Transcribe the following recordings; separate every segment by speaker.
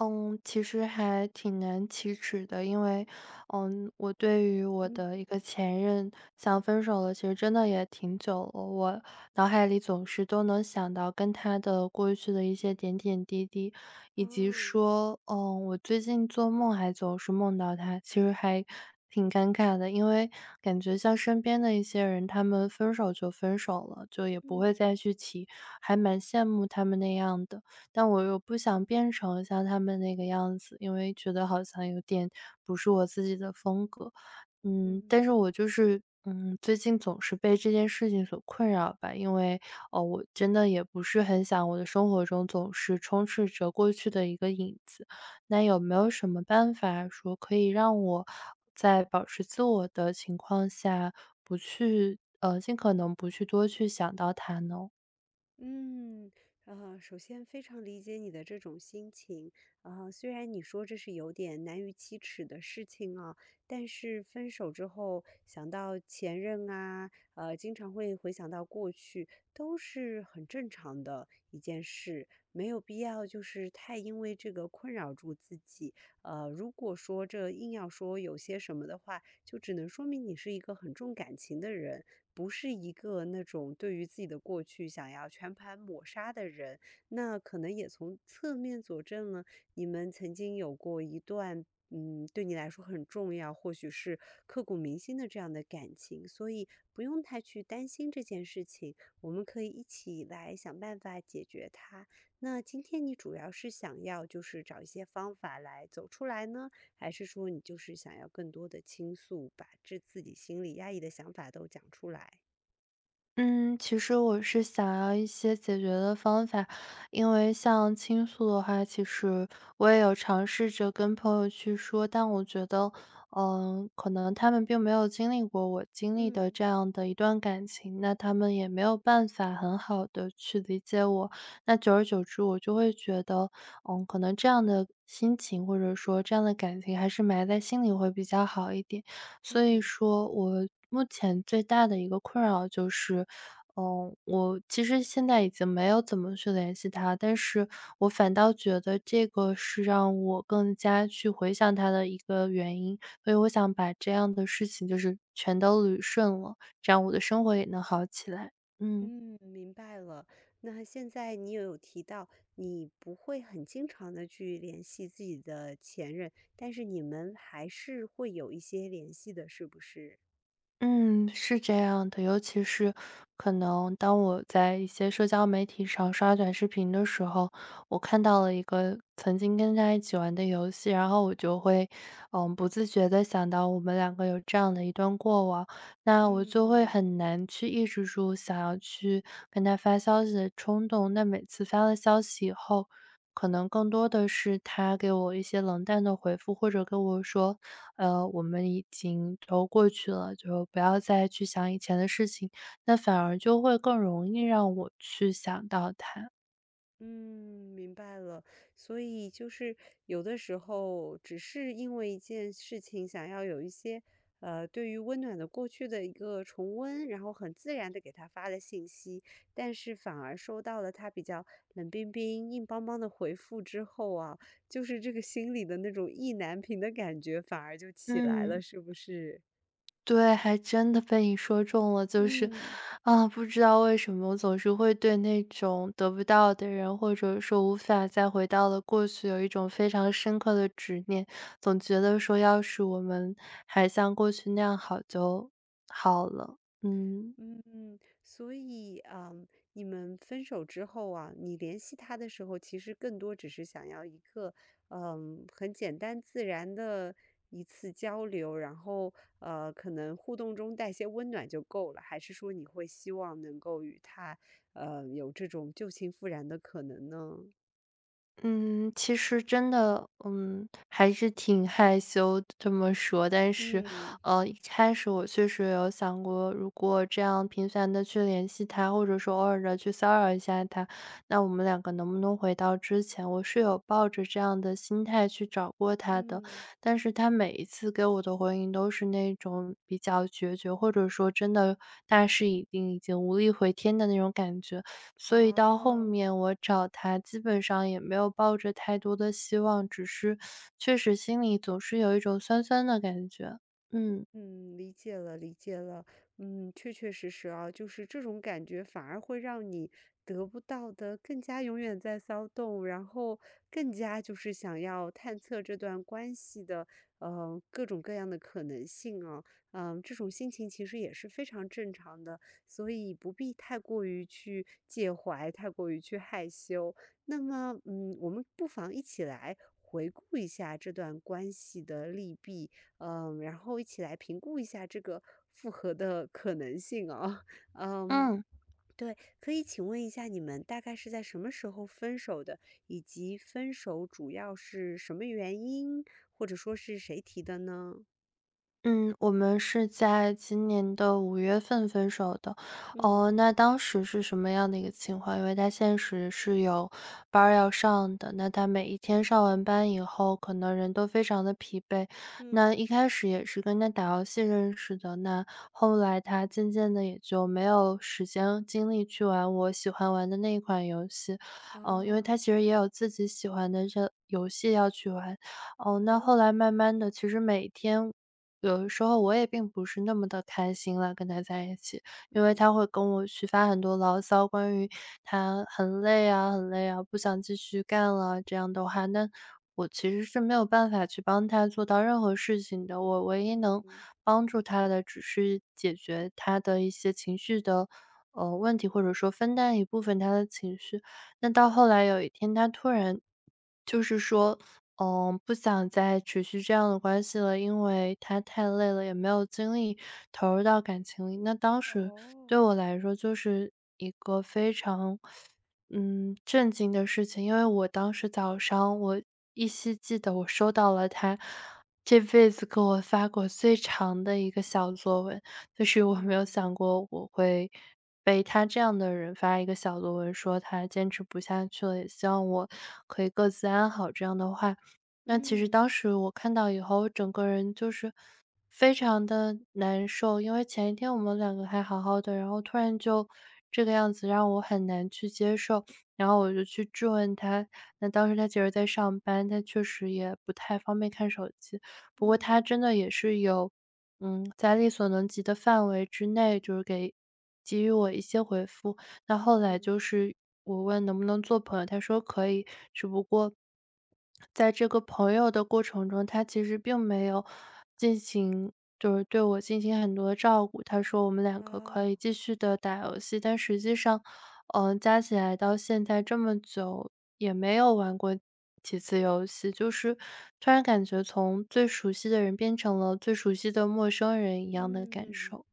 Speaker 1: 嗯，其实还挺难启齿的，因为，我对于我的
Speaker 2: 嗯。
Speaker 1: 一个前任想分手了，其实真的也挺久了。我脑海里总是都能想到跟他的过去的一些点点滴滴，
Speaker 2: 啊，
Speaker 1: 以及说，我最近做梦还总是梦到他，其实还挺尴尬的，因为感觉像身边的一些人，他们分手就分手了，就也不会再去提，还蛮羡慕他们那样的。但我又不想变成像他们那个样子，因为觉得好像有点不是我自己的风格。
Speaker 2: 嗯嗯
Speaker 1: 但是我就是，最近总是被这件事情所困扰吧，因为，我真的也不是很想我的生活中总是充斥着过去的一个影子。那有没有什么办法说可以让我在保持自我的情况下，不去，尽可能不去多去想到他呢？
Speaker 2: 嗯，啊，首先非常理解你的这种心情啊，虽然你说这是有点难于启齿的事情啊，但是分手之后想到前任啊，经常会回想到过去，都是很正常的一件事，没有必要就是太因为这个困扰住自己。如果说这硬要说有些什么的话，就只能说明你是一个很重感情的人，不是一个那种对于自己的过去想要全盘抹杀的人。那可能也从侧面佐证了你们曾经有过一段。嗯，对你来说很重要，或许是刻骨铭心的这样的感情，所以不用太去担心这件事情，我们可以一起来想办法解决它。那今天你主要是想要就是找一些方法来走出来呢，还是说你就是想要更多的倾诉，把这自己心里压抑的想法都讲出来？
Speaker 1: 嗯，其实我是想要一些解决的方法，因为像倾诉的话，其实我也有尝试着跟朋友去说，但我觉得，可能他们并没有经历过我经历的
Speaker 2: 嗯
Speaker 1: 这样的一段感情，那他们也没有办法很好的去理解我，那久而久之，我就会觉得，可能这样的心情或者说这样的感情还是埋在心里会比较好一点。所以
Speaker 2: 嗯
Speaker 1: 说我目前最大的一个困扰就是，我其实现在已经没有怎么去联系他，但是我反倒觉得这个是让我更加去回想他的一个原因，所以我想把这样的事情就是全都捋顺了，这样我的生活也能好起来。嗯。
Speaker 2: 嗯，明白了。那现在你也有提到，你不会很经常的去联系自己的前任，但是你们还是会有一些联系的，是不是？
Speaker 1: 嗯，是这样的，尤其是可能当我在一些社交媒体上刷短视频的时候，我看到了一个曾经跟他一起玩的游戏，然后我就会，不自觉的想到我们两个有这样的一段过往，那我就会
Speaker 2: 嗯
Speaker 1: 很难去抑制住想要去跟他发消息的冲动。那每次发了消息以后，可能更多的是他给我一些冷淡的回复，或者跟我说我们已经都过去了，就不要再去想以前的事情，那反而就会更容易让我去想到他。
Speaker 2: 嗯，明白了。所以就是有的时候，只是因为一件事情，想要有一些对于温暖的过去的一个重温，然后很自然的给他发了信息，但是反而收到了他比较冷冰冰、硬邦邦的回复之后啊，就是这个心里的那种意难平的感觉反而就起来了，
Speaker 1: 嗯，
Speaker 2: 是不是？
Speaker 1: 对，还真的被你说中了，就是，
Speaker 2: 嗯，
Speaker 1: 不知道为什么我总是会对那种得不到的人，或者说无法再回到了过去，有一种非常深刻的执念，总觉得说要是我们还像过去那样好就好了，嗯。
Speaker 2: 嗯，所以啊，嗯，你们分手之后啊，你联系他的时候，其实更多只是想要一个，很简单自然的一次交流，然后，可能互动中带些温暖就够了，还是说你会希望能够与他，有这种旧情复燃的可能呢？
Speaker 1: 嗯，其实真的，还是挺害羞这么说。但是，
Speaker 2: 嗯
Speaker 1: 一开始我确实有想过，如果这样频繁的去联系他，或者说偶尔的去骚扰一下他，那我们两个能不能回到之前？我是有抱着这样的心态去找过他的，
Speaker 2: 嗯，
Speaker 1: 但是他每一次给我的回应都是那种比较决绝，或者说真的大势已定，已经无力回天的那种感觉。所以到后
Speaker 2: 哦。
Speaker 1: 面我找他，基本上也没有抱着太多的希望，只是确实心里总是有一种酸酸的感觉。嗯
Speaker 2: 嗯，理解了，理解了。嗯，确确实实啊，就是这种感觉反而会让你得不到的更加永远在骚动，然后更加就是想要探测这段关系的，各种各样的可能性啊。嗯，这种心情其实也是非常正常的，所以不必太过于去介怀，太过于去害羞。那么，嗯，我们不妨一起来回顾一下这段关系的利弊。嗯，然后一起来评估一下这个复合的可能性啊。嗯，
Speaker 1: 嗯。
Speaker 2: 对，可以请问一下你们大概是在什么时候分手的，以及分手主要是什么原因，或者说是谁提的呢？
Speaker 1: 嗯，我们是在今年的五月份分手的。
Speaker 2: 嗯
Speaker 1: 哦，那当时是什么样的一个情况？因为他现实是有班儿要上的，那他每一天上完班以后，可能人都非常的疲惫。
Speaker 2: 嗯，
Speaker 1: 那一开始也是跟他打游戏认识的，那后来他渐渐的也就没有时间精力去玩我喜欢玩的那一款游戏。
Speaker 2: 啊，
Speaker 1: 因为他其实也有自己喜欢的这游戏要去玩。哦，那后
Speaker 2: 哦，
Speaker 1: 来慢慢的，其实每天有的时候我也并不是那么的开心了跟他在一起，因为
Speaker 2: 嗯
Speaker 1: 他会跟我去发很多牢骚，关于他很累啊很累啊，不想继续干了这样的话，那我其实是没有办法去帮他做到任何事情的。我唯一能
Speaker 2: 嗯，
Speaker 1: 帮助他的只是解决他的一些情绪的，问题，或者说分担一部分他的情绪。那到后来有一天，他突然就是说，不想再持续这样的关系了，因为他太累了，也没有精力投入到感情里。那当时
Speaker 2: 哦，
Speaker 1: 对我来说，就是一个非常震惊的事情，因为我当时早上，我依稀记得我收到了他这辈子给我发过最长的一个小作文。就是我没有
Speaker 2: 嗯，
Speaker 1: 想过我会被他这样的人发一个小作文，说他坚持不下去了，也希望我可以各自安好这样的话。那其实
Speaker 2: 嗯，
Speaker 1: 当时我看到以后，我整个人就是非常的难受，因为前一天我们两个还好好的，然后突然就这个样子，让我很难去接受。然后我就去质问他，那当时他其实在上班，他确实也不太方便看手机，不过他
Speaker 2: 嗯，
Speaker 1: 真的也是有在力所能及的范围之内，就是给予我一些回复。那
Speaker 2: 嗯
Speaker 1: 后来
Speaker 2: 哼，
Speaker 1: 就是我问能不能做朋友，他说可以，只不过在这个朋友的过程中，他其实并没有进行就是对我进行很多的照顾。他说我们两个可
Speaker 2: 啊，
Speaker 1: 以继续的打游戏，但实际上加起来到现在这么久，也没有玩过几次游戏，就是突然感觉从最熟悉的人变成了最熟悉的陌生人一样的感
Speaker 2: 嗯。
Speaker 1: 受。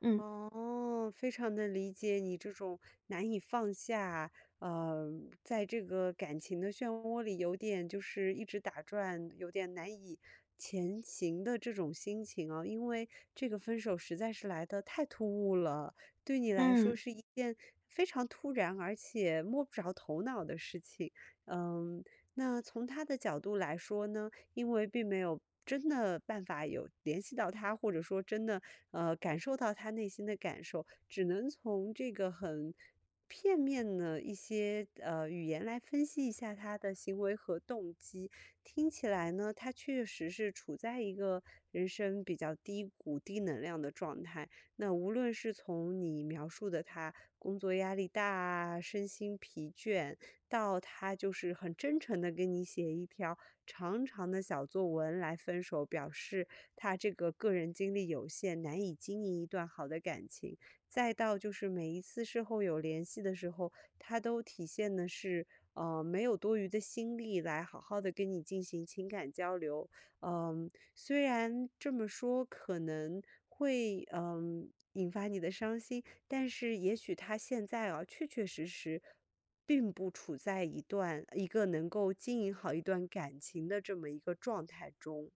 Speaker 1: 嗯。
Speaker 2: 哦，非常的理解你这种难以放下，呃，在这个感情的漩涡里有点就是一直打转，有点难以前行的这种心情啊。因为这个分手实在是来得太突兀了，对你来
Speaker 1: 嗯。
Speaker 2: 说是一件非常突然而且摸不着头脑的事情。嗯，那从他的角度来说呢？因为并没有真的办法有联系到他，或者说真的感受到他内心的感受，只能从这个很片面的一些语言来分析一下他的行为和动机。听起来呢，他确实是处在一个人生比较低谷、低能量的状态。那无论是从你描述的他工作压力大啊身心疲倦，到他就是很真诚的跟你写一条长长的小作文来分手，表示他这个个人精力有限，难以经营一段好的感情。再到就是每一次事后有联系的时候，他都体现的是，没有多余的心力来好好的跟你进行情感交流。嗯，虽然这么说可能会引发你的伤心，但是也许他现在啊，确确实实并不处在一个能够经营好一段感情的这么一个状态中。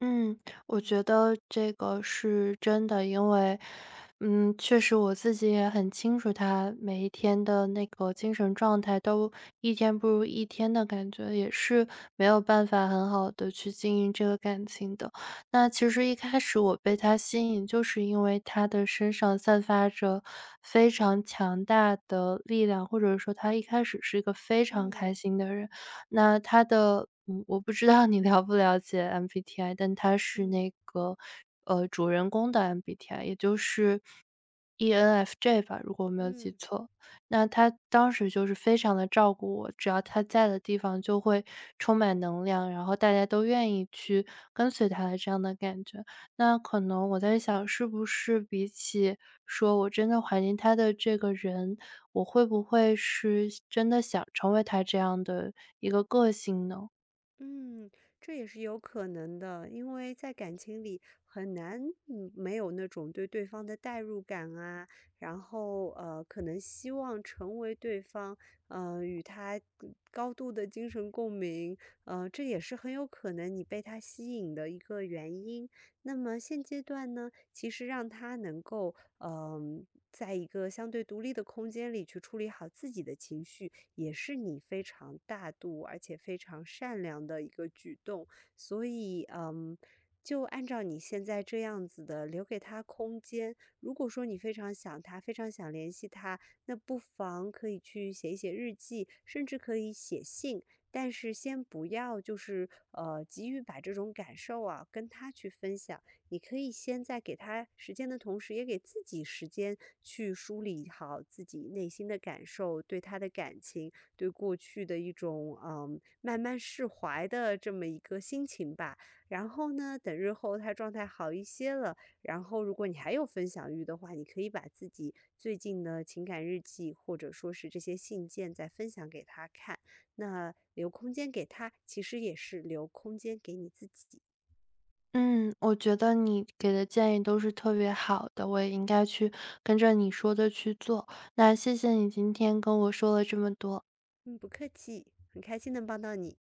Speaker 1: 嗯，我觉得这个是真的，因为，确实我自己也很清楚，他每一天的那个精神状态都一天不如一天的感觉，也是没有办法很好的去经营这个感情的。那其实一开始我被他吸引，就是因为他的身上散发着非常强大的力量，或者说他一开始是一个非常开
Speaker 2: 嗯
Speaker 1: 心的人。那他的我不知道你了不了解 MBTI，但他是
Speaker 2: 嗯
Speaker 1: 那个，主人公的 MBTI，也就是 ENFJ 吧，如果我没有记
Speaker 2: 嗯。
Speaker 1: 错。那他当时就是非常的照顾我，只要他在的地方就会充满能量，然后大家都愿意去跟随他的这样的感觉。那可能我在想，是不是比起说我真的怀念他的这个人，我会不会是真的想成为他这样的一个个性呢？
Speaker 2: 嗯，这也是有可能的，因为在感情里很难，没有那种对对方的代入感啊，然后可能希望成为对方，与他高度的精神共鸣，这也是很有可能你被他吸引的一个原因。那么现阶段呢，其实让他能够嗯，在一个相对独立的空间里去处理好自己的情绪，也是你非常大度而且非常善良的一个举动。所以，就按照你现在这样子的，留给他空间。如果说你非常想他，非常想联系他，那不妨可以去写一写日记，甚至可以写信。但是先不要，就是急于把这种感受啊跟他去分享。你可以先在给他时间的同时，也给自己时间去梳理好自己内心的感受，对他的感情，对过去的一种慢慢释怀的这么一个心情吧。然后呢，等日后他状态好一些了，然后如果你还有分享欲的话，你可以把自己最近的情感日记或者说是这些信件再分享给他看。那留空间给他，其实也是留空间给你自己。
Speaker 1: 嗯，我觉得你给的建议都是特别好的，我也应该去跟着你说的去做。那谢谢你今天跟我说了这么多。
Speaker 2: 嗯，不客气，很开心能帮到你。